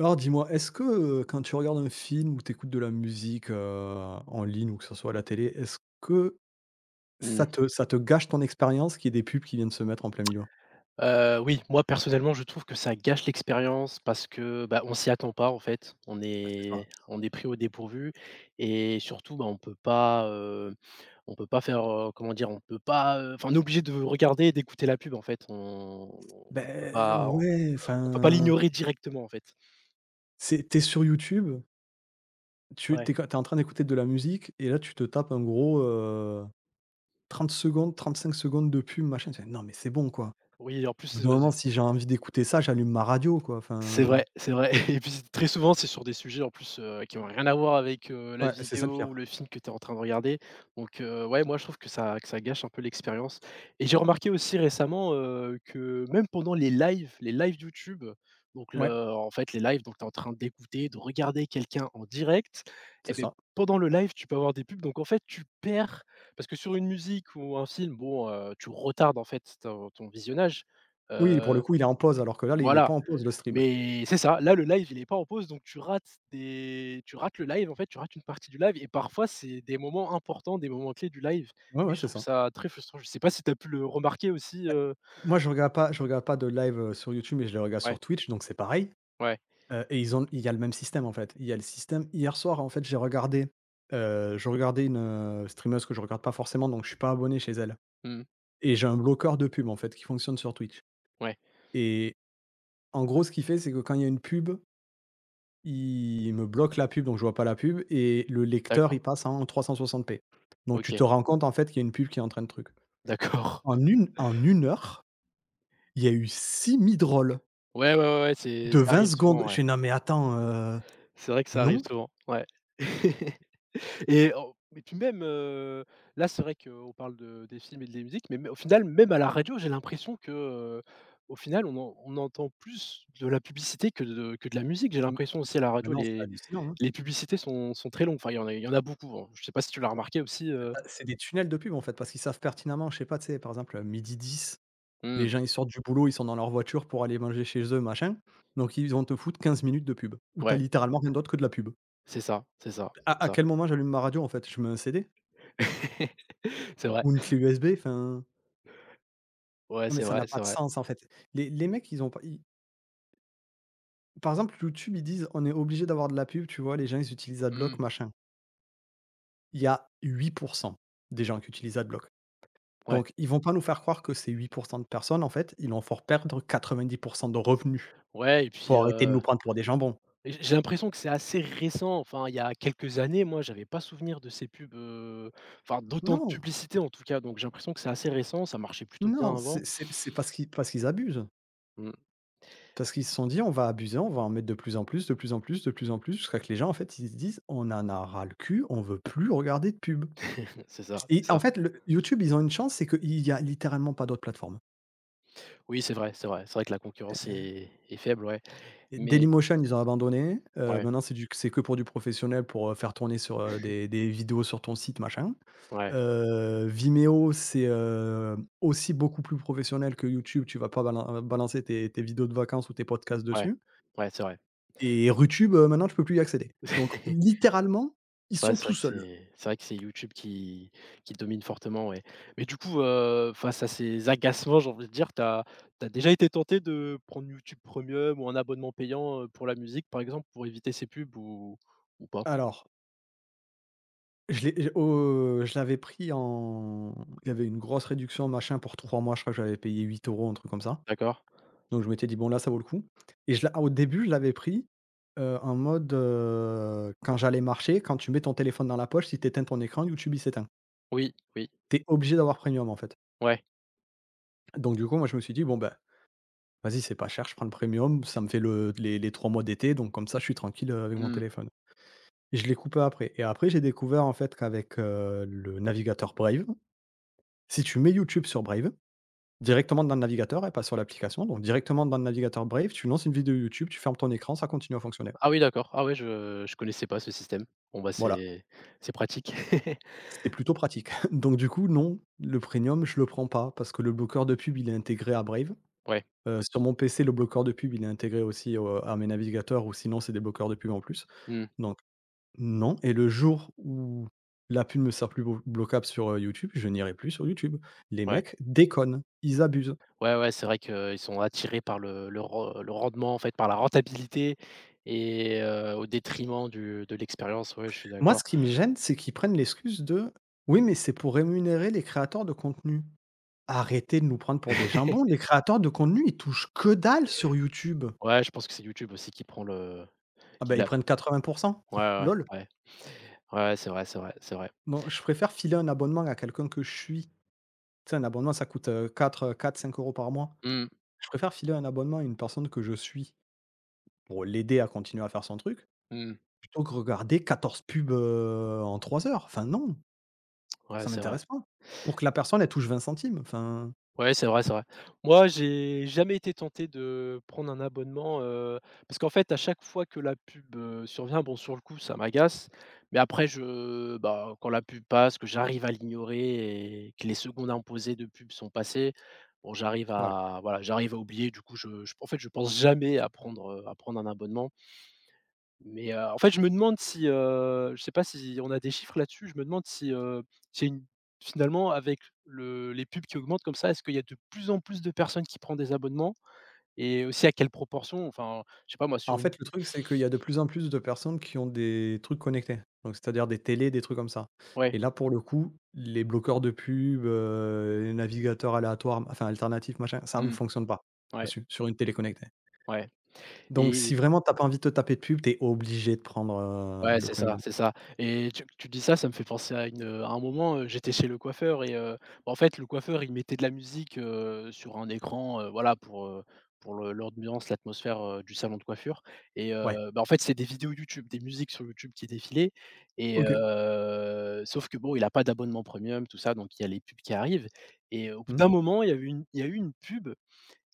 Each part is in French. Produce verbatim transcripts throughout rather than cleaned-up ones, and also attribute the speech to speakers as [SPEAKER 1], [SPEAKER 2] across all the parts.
[SPEAKER 1] Alors dis-moi, est-ce que, heu, quand tu regardes un film ou t'écoutes de la musique, heu, en ligne ou que ce soit à la télé, est-ce que ça
[SPEAKER 2] Mmh.
[SPEAKER 1] te ça te gâche ton expérience qu'il y ait des pubs qui viennent se mettre en plein milieu?
[SPEAKER 2] Heu, oui, moi personnellement, je trouve que ça gâche l'expérience parce que, bah, on s'y attend pas en fait. On
[SPEAKER 1] Ah, c'est ça.
[SPEAKER 2] est on est pris au dépourvu et surtout, bah, on peut pas, heu, on peut pas faire, heu, comment dire? On peut pas, heu, enfin, on est obligé de regarder et d'écouter la pub en fait. On on peut
[SPEAKER 1] Ben
[SPEAKER 2] pas on
[SPEAKER 1] ouais,
[SPEAKER 2] peut pas
[SPEAKER 1] enfin,
[SPEAKER 2] l'ignorer directement en fait.
[SPEAKER 1] c'est tu sur YouTube, tu
[SPEAKER 2] Ouais.
[SPEAKER 1] t'es es en train d'écouter de la musique et là tu te tapes un gros, heu, trente secondes, trente-cinq secondes de pub machin, tu fais: «Non mais c'est bon quoi».
[SPEAKER 2] Oui, en
[SPEAKER 1] Au
[SPEAKER 2] plus,
[SPEAKER 1] bout d'un
[SPEAKER 2] heu
[SPEAKER 1] moment si j'ai envie d'écouter ça, j'allume ma radio quoi,
[SPEAKER 2] c'est
[SPEAKER 1] enfin
[SPEAKER 2] vrai, c'est vrai. Et puis très souvent, c'est sur des sujets en plus, heu, qui n'ont rien à voir avec, heu, la
[SPEAKER 1] ouais, c'est ça le
[SPEAKER 2] vidéo ou
[SPEAKER 1] pire.
[SPEAKER 2] le film que tu es en train de regarder. Donc, heu, ouais, moi je trouve que ça que ça gâche un peu l'expérience et j'ai remarqué aussi récemment, heu, que même pendant les lives les lives YouTube. Donc
[SPEAKER 1] Ouais,
[SPEAKER 2] le en fait, les lives, donc tu es en train d'écouter, de regarder quelqu'un en direct et
[SPEAKER 1] c'est
[SPEAKER 2] ben
[SPEAKER 1] ça.
[SPEAKER 2] pendant le live, tu peux avoir des pubs donc en fait, tu perds, parce que sur une musique ou un film, bon, heu, tu retardes en fait ton ton visionnage,
[SPEAKER 1] Oui, pour le
[SPEAKER 2] heu,
[SPEAKER 1] coup, il est en pause alors que là, il est
[SPEAKER 2] voilà.
[SPEAKER 1] pas en pause le stream.
[SPEAKER 2] Mais c'est ça, là, le live, il est pas en pause, donc tu rates des tu rates le live, en fait, tu rates une partie du live et parfois, c'est des moments importants, des moments clés du live
[SPEAKER 1] Ouais,
[SPEAKER 2] et
[SPEAKER 1] ouais,
[SPEAKER 2] je
[SPEAKER 1] c'est
[SPEAKER 2] trouve
[SPEAKER 1] ça.
[SPEAKER 2] ça très frustrant. Je sais pas si tu as pu le remarquer aussi,
[SPEAKER 1] Bah,
[SPEAKER 2] heu?
[SPEAKER 1] moi, je regarde pas je regarde pas de live, heu, sur YouTube, mais je les regarde
[SPEAKER 2] Ouais,
[SPEAKER 1] sur Twitch, donc c'est pareil,
[SPEAKER 2] ouais,
[SPEAKER 1] heu, et ils ont il y a le même système, en fait. Il y a le système hier soir, en fait, j'ai regardé, heu, je regardais une, heu, streameuse que je regarde pas forcément, donc je suis pas abonné chez elle
[SPEAKER 2] mmh,
[SPEAKER 1] et j'ai un bloqueur de pub, en fait, qui fonctionne sur Twitch
[SPEAKER 2] ouais,
[SPEAKER 1] et en gros, ce qu'il fait, c'est que quand il y a une pub, il me bloque la pub, donc je vois pas la pub et le lecteur,
[SPEAKER 2] d'accord,
[SPEAKER 1] il passe en trois cent soixante p. Donc tu te
[SPEAKER 2] OK,
[SPEAKER 1] rends compte, en fait, qu'il y a une pub qui est en train de truc.
[SPEAKER 2] d'accord.
[SPEAKER 1] En une en une heure, il y a eu six midrolls.
[SPEAKER 2] Ouais, ouais, ouais, ouais, c'est
[SPEAKER 1] De
[SPEAKER 2] ça
[SPEAKER 1] vingt
[SPEAKER 2] arrive
[SPEAKER 1] secondes?
[SPEAKER 2] souvent,
[SPEAKER 1] Je
[SPEAKER 2] ouais.
[SPEAKER 1] fais: «Non mais attends, heu,
[SPEAKER 2] C'est vrai que ça arrive
[SPEAKER 1] non».
[SPEAKER 2] souvent, ouais. Et en Mais puis même, heu, là, c'est vrai qu'on parle de des films et de la musique, mais mais au final, même à la radio, j'ai l'impression que, heu, au final, on en on entend plus de la publicité que de que de la musique. J'ai
[SPEAKER 1] Hem,
[SPEAKER 2] l'impression aussi, à la
[SPEAKER 1] bah,
[SPEAKER 2] radio,
[SPEAKER 1] non, c'est
[SPEAKER 2] les
[SPEAKER 1] hallucinant, hein.
[SPEAKER 2] les publicités sont sont très longues. Enfin, il y en a il y en a beaucoup, hein. Je sais pas si tu l'as remarqué aussi,
[SPEAKER 1] Tu
[SPEAKER 2] heu?
[SPEAKER 1] c'est des tunnels de pub, en fait, parce qu'ils savent pertinemment, je sais pas, tu sais, par exemple, euh, midi dix, les
[SPEAKER 2] Mmh,
[SPEAKER 1] gens, ils sortent du boulot, ils sont dans leur voiture pour aller manger chez eux, machin, donc ils vont te foutre quinze minutes de pub, où t'as
[SPEAKER 2] ouais,
[SPEAKER 1] littéralement rien d'autre que de la pub.
[SPEAKER 2] c'est ça, c'est ça,
[SPEAKER 1] À
[SPEAKER 2] c'est
[SPEAKER 1] à
[SPEAKER 2] ça.
[SPEAKER 1] quel moment j'allume ma radio, en fait? Je mets un C D?
[SPEAKER 2] C'est vrai.
[SPEAKER 1] Ou une clé U S B? Enfin,
[SPEAKER 2] Ouais,
[SPEAKER 1] non mais
[SPEAKER 2] c'est
[SPEAKER 1] ça
[SPEAKER 2] vrai,
[SPEAKER 1] n'a pas
[SPEAKER 2] c'est
[SPEAKER 1] de
[SPEAKER 2] vrai.
[SPEAKER 1] sens, en fait. Les les mecs, ils ont pas. Par exemple, YouTube, ils disent: «On est obligé d'avoir de la pub», tu vois? Les gens, ils utilisent
[SPEAKER 2] Mmh,
[SPEAKER 1] Adblock, machin. Il y a huit pour cent des gens qui utilisent Adblock.
[SPEAKER 2] ouais.
[SPEAKER 1] Donc ils vont pas nous faire croire que ces huit pour cent de personnes, en fait, ils vont faire perdre quatre-vingt-dix pour cent de revenus.
[SPEAKER 2] Ouais et puis,
[SPEAKER 1] Faut arrêter de
[SPEAKER 2] heu
[SPEAKER 1] nous prendre pour des jambons.
[SPEAKER 2] J'ai j'ai l'impression que c'est assez récent. Enfin, il y a quelques années, moi, j'avais pas souvenir de ces pubs, heu, enfin d'autant de
[SPEAKER 1] Non,
[SPEAKER 2] publicité en tout cas, donc j'ai l'impression que c'est assez récent, ça marchait plutôt bien
[SPEAKER 1] non,
[SPEAKER 2] avant.
[SPEAKER 1] c'est c'est c'est parce qu'ils parce qu'ils abusent.
[SPEAKER 2] Mmh.
[SPEAKER 1] Parce qu'ils se sont dit: «On va abuser, on va en mettre de plus en plus, de plus en plus, de plus en plus», jusqu'à que les gens, en fait, ils se disent: «On en a ras le cul, on veut plus regarder de pub»
[SPEAKER 2] C'est ça,
[SPEAKER 1] et
[SPEAKER 2] c'est
[SPEAKER 1] en
[SPEAKER 2] ça.
[SPEAKER 1] fait, le YouTube, ils ont une chance, c'est qu'il y a littéralement pas d'autres plateformes.
[SPEAKER 2] Oui, c'est vrai, c'est vrai. C'est vrai que la concurrence est est faible, ouais,
[SPEAKER 1] Et
[SPEAKER 2] mais
[SPEAKER 1] Dailymotion, ils ont abandonné. Heu,
[SPEAKER 2] ouais,
[SPEAKER 1] maintenant, c'est du c'est que pour du professionnel, pour, heu, faire tourner sur, heu, des des vidéos sur ton site, machin.
[SPEAKER 2] ouais,
[SPEAKER 1] Heu, Vimeo, c'est, heu, aussi beaucoup plus professionnel que YouTube. Tu vas pas balan balancer tes tes vidéos de vacances ou tes podcasts
[SPEAKER 2] ouais,
[SPEAKER 1] dessus.
[SPEAKER 2] ouais, c'est vrai.
[SPEAKER 1] Et Rutube, heu, maintenant, tu peux plus y accéder. Donc littéralement, ils
[SPEAKER 2] Ouais,
[SPEAKER 1] sont
[SPEAKER 2] c'est vrai
[SPEAKER 1] tout
[SPEAKER 2] que
[SPEAKER 1] seuls.
[SPEAKER 2] c'est c'est vrai que c'est YouTube qui qui domine fortement, ouais. Mais du coup, heu, face à ces agacements, j'ai envie de dire, t'as as déjà été tenté de prendre YouTube Premium ou un abonnement payant, heu, pour la musique, par exemple, pour éviter ces pubs ou ou pas?
[SPEAKER 1] Alors, je l'ai je au je l'avais pris, en il y avait une grosse réduction, machin, pour trois mois. Je crois que j'avais payé huit euros un truc comme ça.
[SPEAKER 2] D'accord.
[SPEAKER 1] Donc je m'étais dit: «Bon là, ça vaut le coup» et je l'a au début, je l'avais pris, heu, en mode, heu, quand j'allais marcher, quand tu mets ton téléphone dans la poche, si tu éteins ton écran, YouTube, il s'éteint.
[SPEAKER 2] Oui, oui,
[SPEAKER 1] Tu es obligé d'avoir Premium, en fait.
[SPEAKER 2] ouais.
[SPEAKER 1] Donc du coup, moi, je me suis dit: «Bon, ben vas-y, c'est pas cher, je prends le Premium, ça me fait le les les trois mois d'été, donc comme ça, je suis tranquille, heu, avec mon
[SPEAKER 2] Mmh.
[SPEAKER 1] téléphone». Et Je l'ai coupé après et après, j'ai découvert, en fait, qu'avec, heu, le navigateur Brave, si tu mets YouTube sur Brave, directement dans le navigateur et pas sur l'application, donc directement dans le navigateur Brave, tu lances une vidéo YouTube, tu fermes ton écran, ça continue à fonctionner.
[SPEAKER 2] Ah oui, d'accord. Ah ouais, je je connaissais pas ce système. Bon, bah,
[SPEAKER 1] Voilà.
[SPEAKER 2] c'est c'est pratique.
[SPEAKER 1] C'est plutôt pratique. Donc du coup, non, le premium, je le prends pas parce que le bloqueur de pub, il est intégré à Brave.
[SPEAKER 2] Ouais.
[SPEAKER 1] Heu, sur mon P C, le bloqueur de pub, il est intégré aussi au à mes navigateurs ou sinon c'est des bloqueurs de pub en plus.
[SPEAKER 2] Mmh.
[SPEAKER 1] Donc non, et le jour où la pub me sera plus blo bloquable sur, heu, YouTube, je n'irai plus sur YouTube. Les
[SPEAKER 2] Ouais.
[SPEAKER 1] mecs déconnent, ils abusent.
[SPEAKER 2] Ouais, ouais, c'est vrai qu'ils sont attirés par le le ren le rendement, en fait, par la rentabilité et heu, au détriment du de l'expérience, ouais, je suis
[SPEAKER 1] Moi,
[SPEAKER 2] d'accord.
[SPEAKER 1] ce qui me gêne, c'est qu'ils prennent l'excuse de: «Oui, mais c'est pour rémunérer les créateurs de contenu». Arrêtez de nous prendre pour des jambons, les créateurs de contenu, ils touchent que dalle sur YouTube.
[SPEAKER 2] Ouais, je pense que c'est YouTube aussi qui prend le,
[SPEAKER 1] Ah
[SPEAKER 2] qui
[SPEAKER 1] ben ils
[SPEAKER 2] l'a.
[SPEAKER 1] prennent quatre-vingts pour cent,
[SPEAKER 2] Ouais, ouais,
[SPEAKER 1] lol.
[SPEAKER 2] ouais. Ouais, ouais, c'est vrai, c'est vrai, c'est vrai.
[SPEAKER 1] Non, je préfère filer un abonnement à quelqu'un que je suis. Tu sais, un abonnement, ça coûte, heu, quatre, 4-5 € par mois.
[SPEAKER 2] Mmh,
[SPEAKER 1] Je préfère filer un abonnement à une personne que je suis pour l'aider à continuer à faire son truc,
[SPEAKER 2] mmh.
[SPEAKER 1] plutôt que regarder quatorze pubs, heu, en trois heures. Enfin non,
[SPEAKER 2] Ouais,
[SPEAKER 1] ça
[SPEAKER 2] c'est vrai.
[SPEAKER 1] m'intéresse pas. Pour que la personne, elle touche vingt centimes, enfin,
[SPEAKER 2] Ouais, c'est vrai, c'est vrai. Moi, j'ai jamais été tenté de prendre un abonnement, heu, parce qu'en fait, à chaque fois que la pub, heu, survient, bon, sur le coup, ça m'agace, mais après je bah, quand la pub passe, que j'arrive à l'ignorer et que les secondes imposées de pub sont passées, bon, j'arrive
[SPEAKER 1] ouais.
[SPEAKER 2] à voilà, j'arrive à oublier, du coup, je je en fait, je pense jamais à prendre, heu, à prendre un abonnement. Mais, heu, en fait, je me demande si, heu, je sais pas si on a des chiffres là-dessus? Je me demande si, heu, c'est une finalement, avec le les pubs qui augmentent comme ça, est-ce qu'il y a de plus en plus de personnes qui prend des abonnements? Et aussi à quelle proportion? Enfin, je sais pas, moi,
[SPEAKER 1] En
[SPEAKER 2] sur une...
[SPEAKER 1] fait, le truc, c'est qu'il y a de plus en plus de personnes qui ont des trucs connectés, donc c'est-à-dire des télés, des trucs comme ça
[SPEAKER 2] Ouais,
[SPEAKER 1] et là, pour le coup, les bloqueurs de pub, heu, les navigateurs aléatoires, enfin alternatifs, machin, ça ne
[SPEAKER 2] mmh,
[SPEAKER 1] fonctionne pas
[SPEAKER 2] ouais,
[SPEAKER 1] dessus, sur une télé connectée.
[SPEAKER 2] ouais
[SPEAKER 1] Donc
[SPEAKER 2] et
[SPEAKER 1] si vraiment t'as pas envie de te taper de pub, t'es obligé de prendre, heu,
[SPEAKER 2] Ouais,
[SPEAKER 1] le
[SPEAKER 2] c'est ça,
[SPEAKER 1] premium.
[SPEAKER 2] c'est ça et tu tu dis ça, ça me fait penser à une, à un moment, heu, j'étais chez le coiffeur et heu, bah, en fait, le coiffeur, il mettait de la musique, heu, sur un écran, heu, voilà, pour, heu, pour le l'ambiance, l'atmosphère, heu, du salon de coiffure, et heu,
[SPEAKER 1] Ouais,
[SPEAKER 2] bah, en fait, c'est des vidéos YouTube, des musiques sur YouTube qui défilaient, et
[SPEAKER 1] OK.
[SPEAKER 2] heu, sauf que bon, il a pas d'abonnement premium, tout ça, donc il y a les pubs qui arrivent et au bout
[SPEAKER 1] Mmh.
[SPEAKER 2] d'un moment, il y a eu une il y a eu une pub,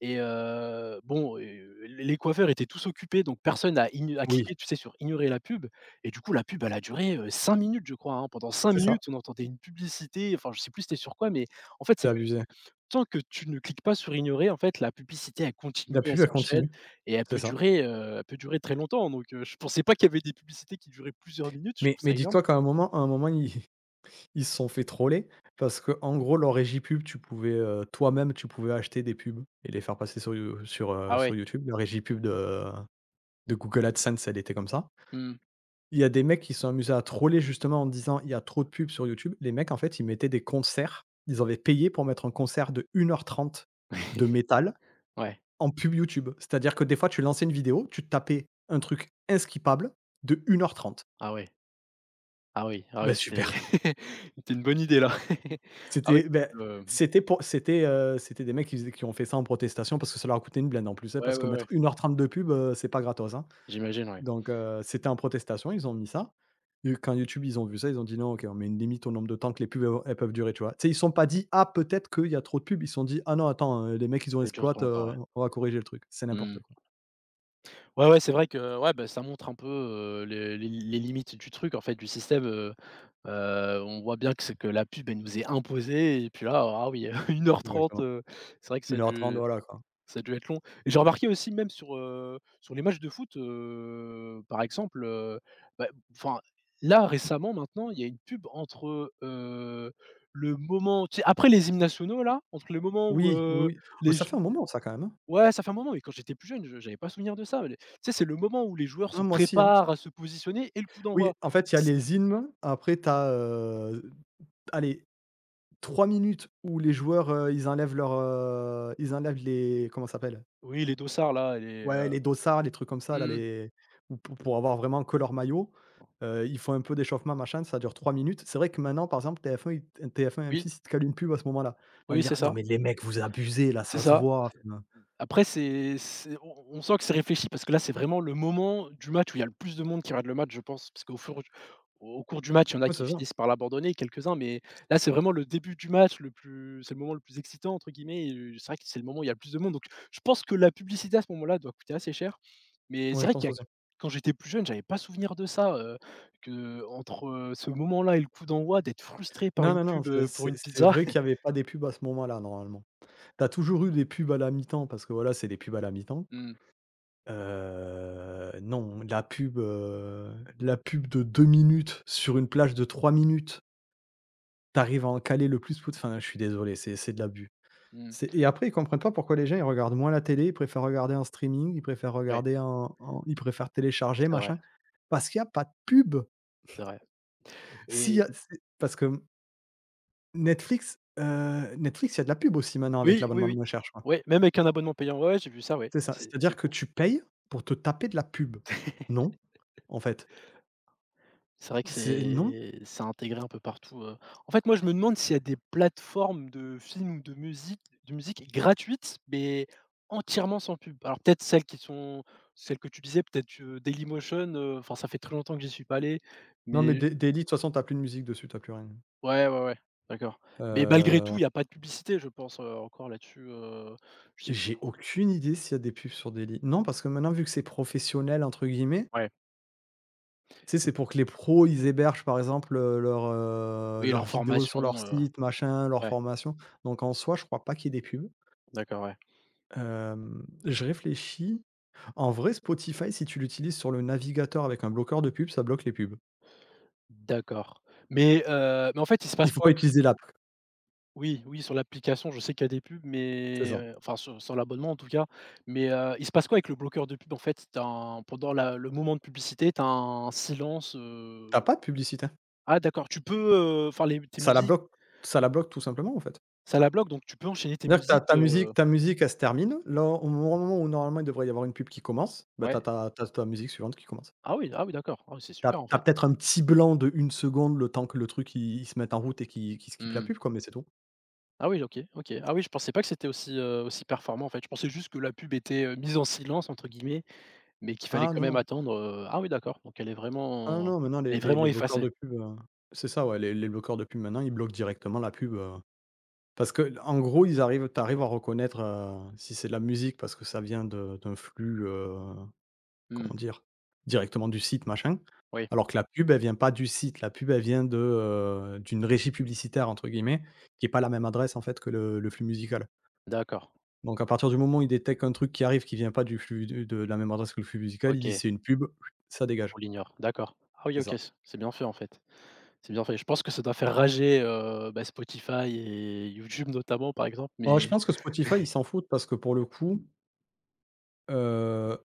[SPEAKER 2] et heu, bon, heu, les coiffeurs étaient tous occupés, donc personne a ign a cliqué,
[SPEAKER 1] Oui,
[SPEAKER 2] tu sais, sur ignorer la pub, et du coup, la pub, elle a duré, heu, cinq minutes, je crois, hein. Pendant cinq
[SPEAKER 1] c'est ça,
[SPEAKER 2] minutes, on entendait une publicité, enfin, je sais plus c'était sur quoi, mais en fait, c'est
[SPEAKER 1] c'est
[SPEAKER 2] que
[SPEAKER 1] abusé.
[SPEAKER 2] tant que tu ne cliques pas sur ignorer, en fait, la publicité, elle continue,
[SPEAKER 1] La
[SPEAKER 2] elle
[SPEAKER 1] pub, elle
[SPEAKER 2] s'enchaîne
[SPEAKER 1] continue,
[SPEAKER 2] et elle
[SPEAKER 1] c'est
[SPEAKER 2] peut
[SPEAKER 1] ça.
[SPEAKER 2] durer, heu, elle peut durer très longtemps. Donc heu, je pensais pas qu'il y avait des publicités qui duraient plusieurs minutes, je
[SPEAKER 1] Mais
[SPEAKER 2] trouve
[SPEAKER 1] mais
[SPEAKER 2] ça énorme.
[SPEAKER 1] dis-toi qu'à un moment à un moment, il. Ils se sont fait troller parce que en gros, leur régie pub, tu pouvais, heu, toi-même, tu pouvais acheter des pubs et les faire passer sur You sur,
[SPEAKER 2] Ah
[SPEAKER 1] heu, sur
[SPEAKER 2] ouais,
[SPEAKER 1] YouTube. La régie pub de de Google AdSense, elle était comme ça.
[SPEAKER 2] mmh,
[SPEAKER 1] Il y a des mecs qui se sont amusés à troller justement en disant: «Il y a trop de pubs sur YouTube». Les mecs, en fait, ils mettaient des concerts. Ils avaient payé pour mettre un concert de une heure trente de métal
[SPEAKER 2] ouais,
[SPEAKER 1] en pub YouTube. C'est-à-dire que des fois, tu lançais une vidéo, tu tapais un truc inskippable de une heure trente.
[SPEAKER 2] ah ouais, ah oui, ah ouais,
[SPEAKER 1] Ben
[SPEAKER 2] c'était.
[SPEAKER 1] super.
[SPEAKER 2] C'était une bonne idée là. Ah oui,
[SPEAKER 1] C'était ben
[SPEAKER 2] heu,
[SPEAKER 1] c'était pour c'était, heu, c'était des mecs qui faisaient qui ont fait ça en protestation parce que ça leur a coûté une blinde en plus, hein,
[SPEAKER 2] ouais,
[SPEAKER 1] parce que
[SPEAKER 2] ouais, ouais.
[SPEAKER 1] mettre une heure trente de pub, heu, c'est pas gratos, hein.
[SPEAKER 2] J'imagine, ouais.
[SPEAKER 1] Donc heu, c'était en protestation, ils ont mis ça. Et quand YouTube, ils ont vu ça, ils ont dit: «Non, OK, on met une limite au nombre de temps que les pubs, elles elles peuvent durer», tu vois? Tu sais, ils se sont pas dit: «Ah, peut-être qu'il y a trop de pubs», ils se sont dit: «Ah non, attends, heu, les mecs, ils ont
[SPEAKER 2] C'est dur trop
[SPEAKER 1] exploite,
[SPEAKER 2] longtemps,
[SPEAKER 1] heu,
[SPEAKER 2] ouais.
[SPEAKER 1] on va corriger le truc». C'est n'importe
[SPEAKER 2] Mmh.
[SPEAKER 1] quoi.
[SPEAKER 2] Ouais, ouais, c'est vrai que, ouais, bah, ça montre un peu, heu, les les les limites du truc, en fait, du système. heu heu, on voit bien que c'est que la pub, elle nous est imposée, et puis là, ah oui, une heure trente,
[SPEAKER 1] Exactement.
[SPEAKER 2] heu, c'est vrai que ça a
[SPEAKER 1] une heure trente,
[SPEAKER 2] dû
[SPEAKER 1] voilà, quoi.
[SPEAKER 2] ça a dû être long. Et j'ai remarqué aussi même sur, heu, sur les matchs de foot, heu, par exemple, heu, bah, enfin, là, récemment, maintenant, il y a une pub entre, heu, le moment, tu sais, après les hymnes nationaux, là, entre le moment où,
[SPEAKER 1] Oui, oui,
[SPEAKER 2] heu,
[SPEAKER 1] oui. Oh,
[SPEAKER 2] les
[SPEAKER 1] ça fait un moment ça quand même, hein?
[SPEAKER 2] Ouais, ça fait un moment, mais quand j'étais plus jeune, je j'avais pas souvenir de ça. Mais les tu sais, c'est le moment où les joueurs se
[SPEAKER 1] Hein, moi aussi, hein.
[SPEAKER 2] préparent à se positionner et le coup
[SPEAKER 1] Oui,
[SPEAKER 2] d'envoi.
[SPEAKER 1] en fait, il y a
[SPEAKER 2] C
[SPEAKER 1] les hymnes, après tu as, heu, allez, Trois minutes où les joueurs, heu, ils enlèvent leur heu, ils enlèvent les, comment ça s'appelle?
[SPEAKER 2] Oui, les dossards là et les,
[SPEAKER 1] Ouais,
[SPEAKER 2] heu,
[SPEAKER 1] les dossards, les trucs comme ça là,
[SPEAKER 2] mmh,
[SPEAKER 1] les ou pou pour avoir vraiment que leur maillot. Heu, ils font un peu d'échauffement machin, ça dure trois minutes. C'est vrai que maintenant, par exemple, T F un ils t TF1,
[SPEAKER 2] oui,
[SPEAKER 1] M six, ils te calent une pub à ce moment-là. Tu vas me
[SPEAKER 2] oui, c'est
[SPEAKER 1] dire: «Non
[SPEAKER 2] ça,
[SPEAKER 1] mais les mecs, vous abusez là,
[SPEAKER 2] c'est
[SPEAKER 1] ça se
[SPEAKER 2] ça.
[SPEAKER 1] voit». Enfin
[SPEAKER 2] Après c'est c'est on on sent que c'est réfléchi, parce que là, c'est vraiment le moment du match où il y a le plus de monde qui regarde le match, je pense. Parce qu'au fur au cours du match, il y en a
[SPEAKER 1] ouais,
[SPEAKER 2] qui
[SPEAKER 1] c'est ça.
[SPEAKER 2] finissent par l'abandonner, quelques-uns, mais là, c'est vraiment le début du match. Le plus c'est le moment le plus «excitant» entre guillemets, et heu, c'est vrai que c'est le moment où il y a le plus de monde. Donc je pense que la publicité à ce moment-là doit coûter assez cher. Mais c'est
[SPEAKER 1] Ouais, je
[SPEAKER 2] vrai qu'il
[SPEAKER 1] pense
[SPEAKER 2] y a
[SPEAKER 1] aussi.
[SPEAKER 2] quand j'étais plus jeune, j'avais pas souvenir de ça, euh, que entre heu, ce moment-là et le coup d'envoi, d'être frustré par
[SPEAKER 1] Non,
[SPEAKER 2] une
[SPEAKER 1] non, non,
[SPEAKER 2] pub,
[SPEAKER 1] c'est
[SPEAKER 2] heu, pour
[SPEAKER 1] c'est
[SPEAKER 2] une
[SPEAKER 1] c'est
[SPEAKER 2] pizza.
[SPEAKER 1] vrai qu'il y avait pas des pubs à ce moment-là, normalement. Tu as toujours eu des pubs à la mi-temps parce que voilà, c'est des pubs à la mi-temps.
[SPEAKER 2] Mmh,
[SPEAKER 1] Heu, non, la pub, heu, la pub de deux minutes sur une plage de trois minutes, t'arrives à en caler le plus pos enfin, je suis désolé, c'est c'est de l'abus.
[SPEAKER 2] mmh.
[SPEAKER 1] C'est et après, ils comprennent pas pourquoi les gens, ils regardent moins la télé, ils préfèrent regarder en streaming, ils préfèrent
[SPEAKER 2] Ouais,
[SPEAKER 1] regarder en en ils préfèrent télécharger,
[SPEAKER 2] c'est vrai,
[SPEAKER 1] machin, parce qu'il y a pas de pub.
[SPEAKER 2] c'est vrai.
[SPEAKER 1] S'il y a c'est parce que, mmh, Netflix, heu, Netflix, il y a de la pub aussi maintenant avec
[SPEAKER 2] Oui, oui,
[SPEAKER 1] l'abonnement de
[SPEAKER 2] oui.
[SPEAKER 1] moins cher, je crois.
[SPEAKER 2] Ouais, même avec un abonnement payant, ouais, ouais, j'ai vu ça, ouais.
[SPEAKER 1] C'est ça,
[SPEAKER 2] C'est c'est
[SPEAKER 1] c'est-à-dire que
[SPEAKER 2] fou.
[SPEAKER 1] tu payes pour te taper de la pub. Non, en fait,
[SPEAKER 2] C'est vrai que
[SPEAKER 1] c'est non.
[SPEAKER 2] c'est c'est intégré un peu partout, heu. En fait, moi, je me demande s'il y a des plateformes de films ou de musique de musique gratuites, mais entièrement sans pub. Alors peut-être celles qui sont celles que tu disais, peut-être, heu, Dailymotion, heu, enfin, ça fait très longtemps que j'y suis pas allé,
[SPEAKER 1] Non, mais
[SPEAKER 2] mais
[SPEAKER 1] Day Daily, de toute façon, tu plus de musique dessus, t'as plus rien.
[SPEAKER 2] ouais, ouais, ouais, d'accord. Mais malgré tout,
[SPEAKER 1] Heu,
[SPEAKER 2] il n'y a pas de publicité, je pense, heu, encore là-dessus, heu, je sais plus
[SPEAKER 1] j'ai
[SPEAKER 2] trop.
[SPEAKER 1] aucune idée s'il y a des pubs sur Daily. Non, parce que maintenant, vu que c'est «professionnel» entre guillemets,
[SPEAKER 2] Ouais.
[SPEAKER 1] tu sais, c'est pour que les pros, ils hébergent, par exemple, heu, leurs, heu,
[SPEAKER 2] Oui,
[SPEAKER 1] leurs
[SPEAKER 2] leur
[SPEAKER 1] vidéos sur leur
[SPEAKER 2] formation, heu,
[SPEAKER 1] site, machin, leurs
[SPEAKER 2] ouais,
[SPEAKER 1] formations. Donc en soi, je crois pas qu'il y ait des pubs.
[SPEAKER 2] d'accord, ouais.
[SPEAKER 1] Hem, je réfléchis. En vrai, Spotify, si tu l'utilises sur le navigateur avec un bloqueur de pubs, ça bloque les pubs.
[SPEAKER 2] D'accord. Mais, heu, mais en fait, il se passe
[SPEAKER 1] Il faut pas
[SPEAKER 2] quoi?
[SPEAKER 1] utiliser l'app,
[SPEAKER 2] Oui, oui, sur l'application, je sais qu'il y a des pubs,
[SPEAKER 1] c'est
[SPEAKER 2] mais,
[SPEAKER 1] ça.
[SPEAKER 2] heu, enfin sur sur l'abonnement en tout cas, mais, heu, il se passe quoi avec le bloqueur de pub en fait? Tu un pendant la le moment de publicité, tu as un silence,
[SPEAKER 1] T'as
[SPEAKER 2] heu
[SPEAKER 1] pas de publicité.
[SPEAKER 2] ah d'accord, tu peux, heu, enfin les tes
[SPEAKER 1] Ça la
[SPEAKER 2] musiques,
[SPEAKER 1] bloque ça la bloque tout simplement, en fait.
[SPEAKER 2] ça la bloque, donc tu peux enchaîner tes
[SPEAKER 1] C'est-à-dire que ta
[SPEAKER 2] musiques,
[SPEAKER 1] ta
[SPEAKER 2] heu
[SPEAKER 1] musique ta musique, elle se termine. Là, au moment où normalement il devrait y avoir une pub qui commence, bah, t'as
[SPEAKER 2] ouais.
[SPEAKER 1] as ta tu ta musique suivante qui commence.
[SPEAKER 2] Ah oui, ah oui d'accord, ah oui c'est
[SPEAKER 1] t'as
[SPEAKER 2] super en
[SPEAKER 1] t'as
[SPEAKER 2] fait.
[SPEAKER 1] peut-être un petit blanc de une seconde, le temps que le truc il il se mette en route et qu'il qu'il skippe la
[SPEAKER 2] Mmh.
[SPEAKER 1] pub quoi, mais c'est tout.
[SPEAKER 2] Ah oui, OK, OK. Ah oui, je pensais pas que c'était aussi, heu, aussi performant en fait. Je pensais juste que la pub était, heu, «mise en silence» entre guillemets. Mais qu'il fallait
[SPEAKER 1] Ah
[SPEAKER 2] quand
[SPEAKER 1] non,
[SPEAKER 2] même
[SPEAKER 1] non.
[SPEAKER 2] attendre, heu ah oui d'accord, donc elle est
[SPEAKER 1] Ah non,
[SPEAKER 2] vraiment
[SPEAKER 1] non, maintenant
[SPEAKER 2] elle est
[SPEAKER 1] les les
[SPEAKER 2] vraiment
[SPEAKER 1] les bloqueurs
[SPEAKER 2] effacée?
[SPEAKER 1] de pub, heu c'est ça, ouais, les les bloqueurs de pub maintenant, ils bloquent directement la pub, heu, parce que, en gros, ils arrivent t'arrives à reconnaître, heu, si c'est de la musique parce que ça vient de d'un flux, euh,
[SPEAKER 2] Mmh,
[SPEAKER 1] comment dire? Directement du site machin,
[SPEAKER 2] oui,
[SPEAKER 1] alors que la pub, elle vient pas du site. La pub, elle vient de, heu, d'une «régie publicitaire» entre guillemets, qui est pas la même adresse en fait que le le flux musical.
[SPEAKER 2] d'accord,
[SPEAKER 1] Donc à partir du moment où il détecte un truc qui arrive qui vient pas du flux de de la même adresse que le flux musical, il dit
[SPEAKER 2] OK,
[SPEAKER 1] «C'est une pub», ça
[SPEAKER 2] donc
[SPEAKER 1] dégage.
[SPEAKER 2] on l'ignore, d'accord. Ah oui,
[SPEAKER 1] C'est
[SPEAKER 2] OK,
[SPEAKER 1] ça.
[SPEAKER 2] c c'est bien fait en fait, c'est bien fait. Je pense que ça doit faire rager, heu, bah, Spotify et YouTube notamment par exemple,
[SPEAKER 1] Oh, je
[SPEAKER 2] mais
[SPEAKER 1] pense que Spotify, ils s'en foutent parce que pour le coup, heu,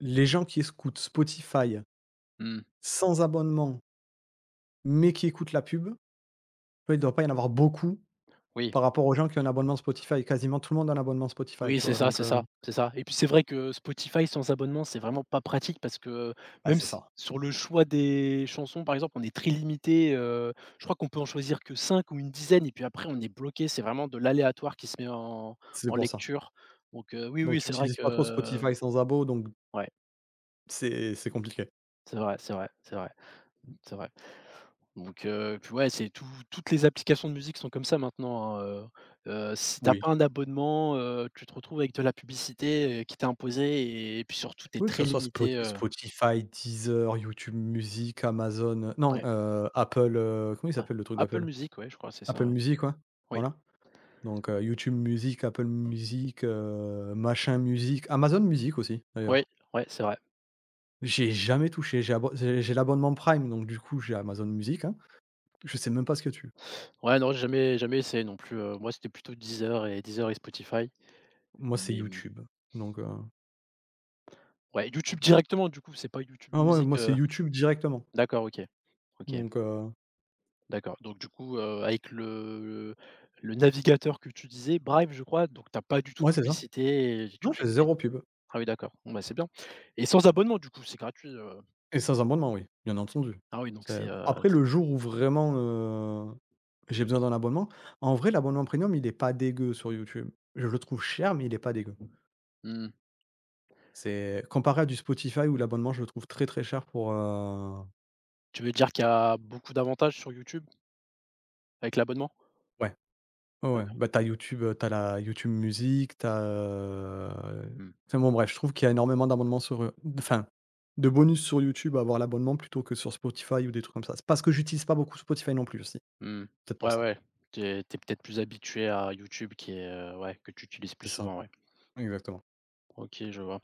[SPEAKER 1] les gens qui écoutent Spotify
[SPEAKER 2] mmh,
[SPEAKER 1] sans abonnement, mais qui écoutent la pub, eux, il ne doit pas y en avoir beaucoup.
[SPEAKER 2] oui.
[SPEAKER 1] Par rapport aux gens qui ont un abonnement Spotify, quasiment tout le monde a un abonnement Spotify,
[SPEAKER 2] Oui,
[SPEAKER 1] tu
[SPEAKER 2] c'est
[SPEAKER 1] vois?
[SPEAKER 2] ça,
[SPEAKER 1] Donc,
[SPEAKER 2] c'est
[SPEAKER 1] heu
[SPEAKER 2] ça, c'est ça, et puis c'est vrai que Spotify sans abonnement, c'est vraiment pas pratique, parce que
[SPEAKER 1] ah,
[SPEAKER 2] même
[SPEAKER 1] c'est
[SPEAKER 2] s
[SPEAKER 1] ça,
[SPEAKER 2] sur le choix des chansons, par exemple, on est très limité, heu, je crois qu'on peut en choisir que cinq ou une dizaine et puis après on est bloqué, c'est vraiment de l'aléatoire qui se met en
[SPEAKER 1] c'est
[SPEAKER 2] en
[SPEAKER 1] pour ça.
[SPEAKER 2] lecture. Donc heu, oui,
[SPEAKER 1] Donc
[SPEAKER 2] oui,
[SPEAKER 1] tu
[SPEAKER 2] c'est vrai
[SPEAKER 1] utilises pas trop
[SPEAKER 2] que,
[SPEAKER 1] Spotify sans abo, donc
[SPEAKER 2] ouais,
[SPEAKER 1] c'est c'est compliqué.
[SPEAKER 2] c'est vrai, c'est vrai, c'est vrai, c'est vrai. Donc heu, puis ouais, c'est tout toutes les applications de musique sont comme ça maintenant, hein. heu heu, si t'as
[SPEAKER 1] Oui.
[SPEAKER 2] pas un abonnement, heu, tu te retrouves avec de la publicité, heu, qui t'est imposée, et et puis surtout t'es
[SPEAKER 1] Oui, que
[SPEAKER 2] très
[SPEAKER 1] ça soit
[SPEAKER 2] limité,
[SPEAKER 1] Spoti
[SPEAKER 2] heu,
[SPEAKER 1] Spotify, Deezer, YouTube Music, Amazon, heu, non,
[SPEAKER 2] ouais,
[SPEAKER 1] heu, Apple, heu, comment il
[SPEAKER 2] ouais.
[SPEAKER 1] s'appelle le truc
[SPEAKER 2] Apple
[SPEAKER 1] d'Apple?
[SPEAKER 2] Music, ouais, je crois, c'est ça,
[SPEAKER 1] Apple
[SPEAKER 2] ouais.
[SPEAKER 1] Music, ouais,
[SPEAKER 2] Oui,
[SPEAKER 1] voilà. Donc, heu, YouTube Music, Apple Music, heu, machin Music, Amazon Music aussi,
[SPEAKER 2] oui,
[SPEAKER 1] d'ailleurs.
[SPEAKER 2] ouais, c'est vrai.
[SPEAKER 1] J'ai jamais touché, j'ai abo j'ai j'ai l'abonnement Prime, donc du coup, j'ai Amazon Music, hein. Je sais même pas ce que tu
[SPEAKER 2] Ouais, non, j'ai jamais jamais essayé non plus, heu, moi, c'était plutôt Deezer et Deezer et Spotify,
[SPEAKER 1] Moi, c'est
[SPEAKER 2] mais mmh,
[SPEAKER 1] YouTube, donc heu
[SPEAKER 2] ouais, YouTube directement, du coup, c'est pas YouTube
[SPEAKER 1] ah ouais,
[SPEAKER 2] Music,
[SPEAKER 1] moi, c'est
[SPEAKER 2] heu
[SPEAKER 1] YouTube directement,
[SPEAKER 2] d'accord, OK. OK.
[SPEAKER 1] donc heu
[SPEAKER 2] D'accord, donc du coup, heu, avec le le navigateur que tu disais, Brave je crois, donc t'as pas du tout de
[SPEAKER 1] ouais, c'est ça.
[SPEAKER 2] publicité et tu
[SPEAKER 1] Non,
[SPEAKER 2] peux
[SPEAKER 1] j'ai
[SPEAKER 2] écouter
[SPEAKER 1] zéro
[SPEAKER 2] tout.
[SPEAKER 1] pub
[SPEAKER 2] Ah oui d'accord, bon bah, c'est bien, et sans abonnement du coup? C'est gratuit, heu?
[SPEAKER 1] et sans abonnement, oui, bien entendu.
[SPEAKER 2] Ah oui donc
[SPEAKER 1] C'est
[SPEAKER 2] c'est, heu,
[SPEAKER 1] après
[SPEAKER 2] c'est
[SPEAKER 1] le jour où vraiment, heu, j'ai besoin d'un abonnement, en vrai, l'abonnement premium, il est pas dégueu sur YouTube. Je le trouve cher, mais il est pas dégueu.
[SPEAKER 2] Mmh.
[SPEAKER 1] C'est comparé à du Spotify où l'abonnement, je le trouve très, très cher pour, heu
[SPEAKER 2] Tu veux dire qu'il y a beaucoup d'avantages sur YouTube avec l'abonnement?
[SPEAKER 1] ouais. Ouais, ouais.
[SPEAKER 2] D'accord.
[SPEAKER 1] Bah, t'as YouTube, heu, tu la YouTube musique, t'as, as,
[SPEAKER 2] Mmh.
[SPEAKER 1] enfin bon bref, je trouve qu'il y a énormément d'abonnements sur, heu, enfin, de bonus sur YouTube à avoir l'abonnement plutôt que sur Spotify ou des trucs comme ça. C'est parce que j'utilise pas beaucoup Spotify non plus aussi,
[SPEAKER 2] Mmh.
[SPEAKER 1] peut-être pour
[SPEAKER 2] Ouais,
[SPEAKER 1] ça.
[SPEAKER 2] ouais. T'es es peut-être plus habitué à YouTube qui est, heu, ouais, que tu utilises plus
[SPEAKER 1] C'est ça,
[SPEAKER 2] souvent, ouais.
[SPEAKER 1] exactement.
[SPEAKER 2] OK, je vois.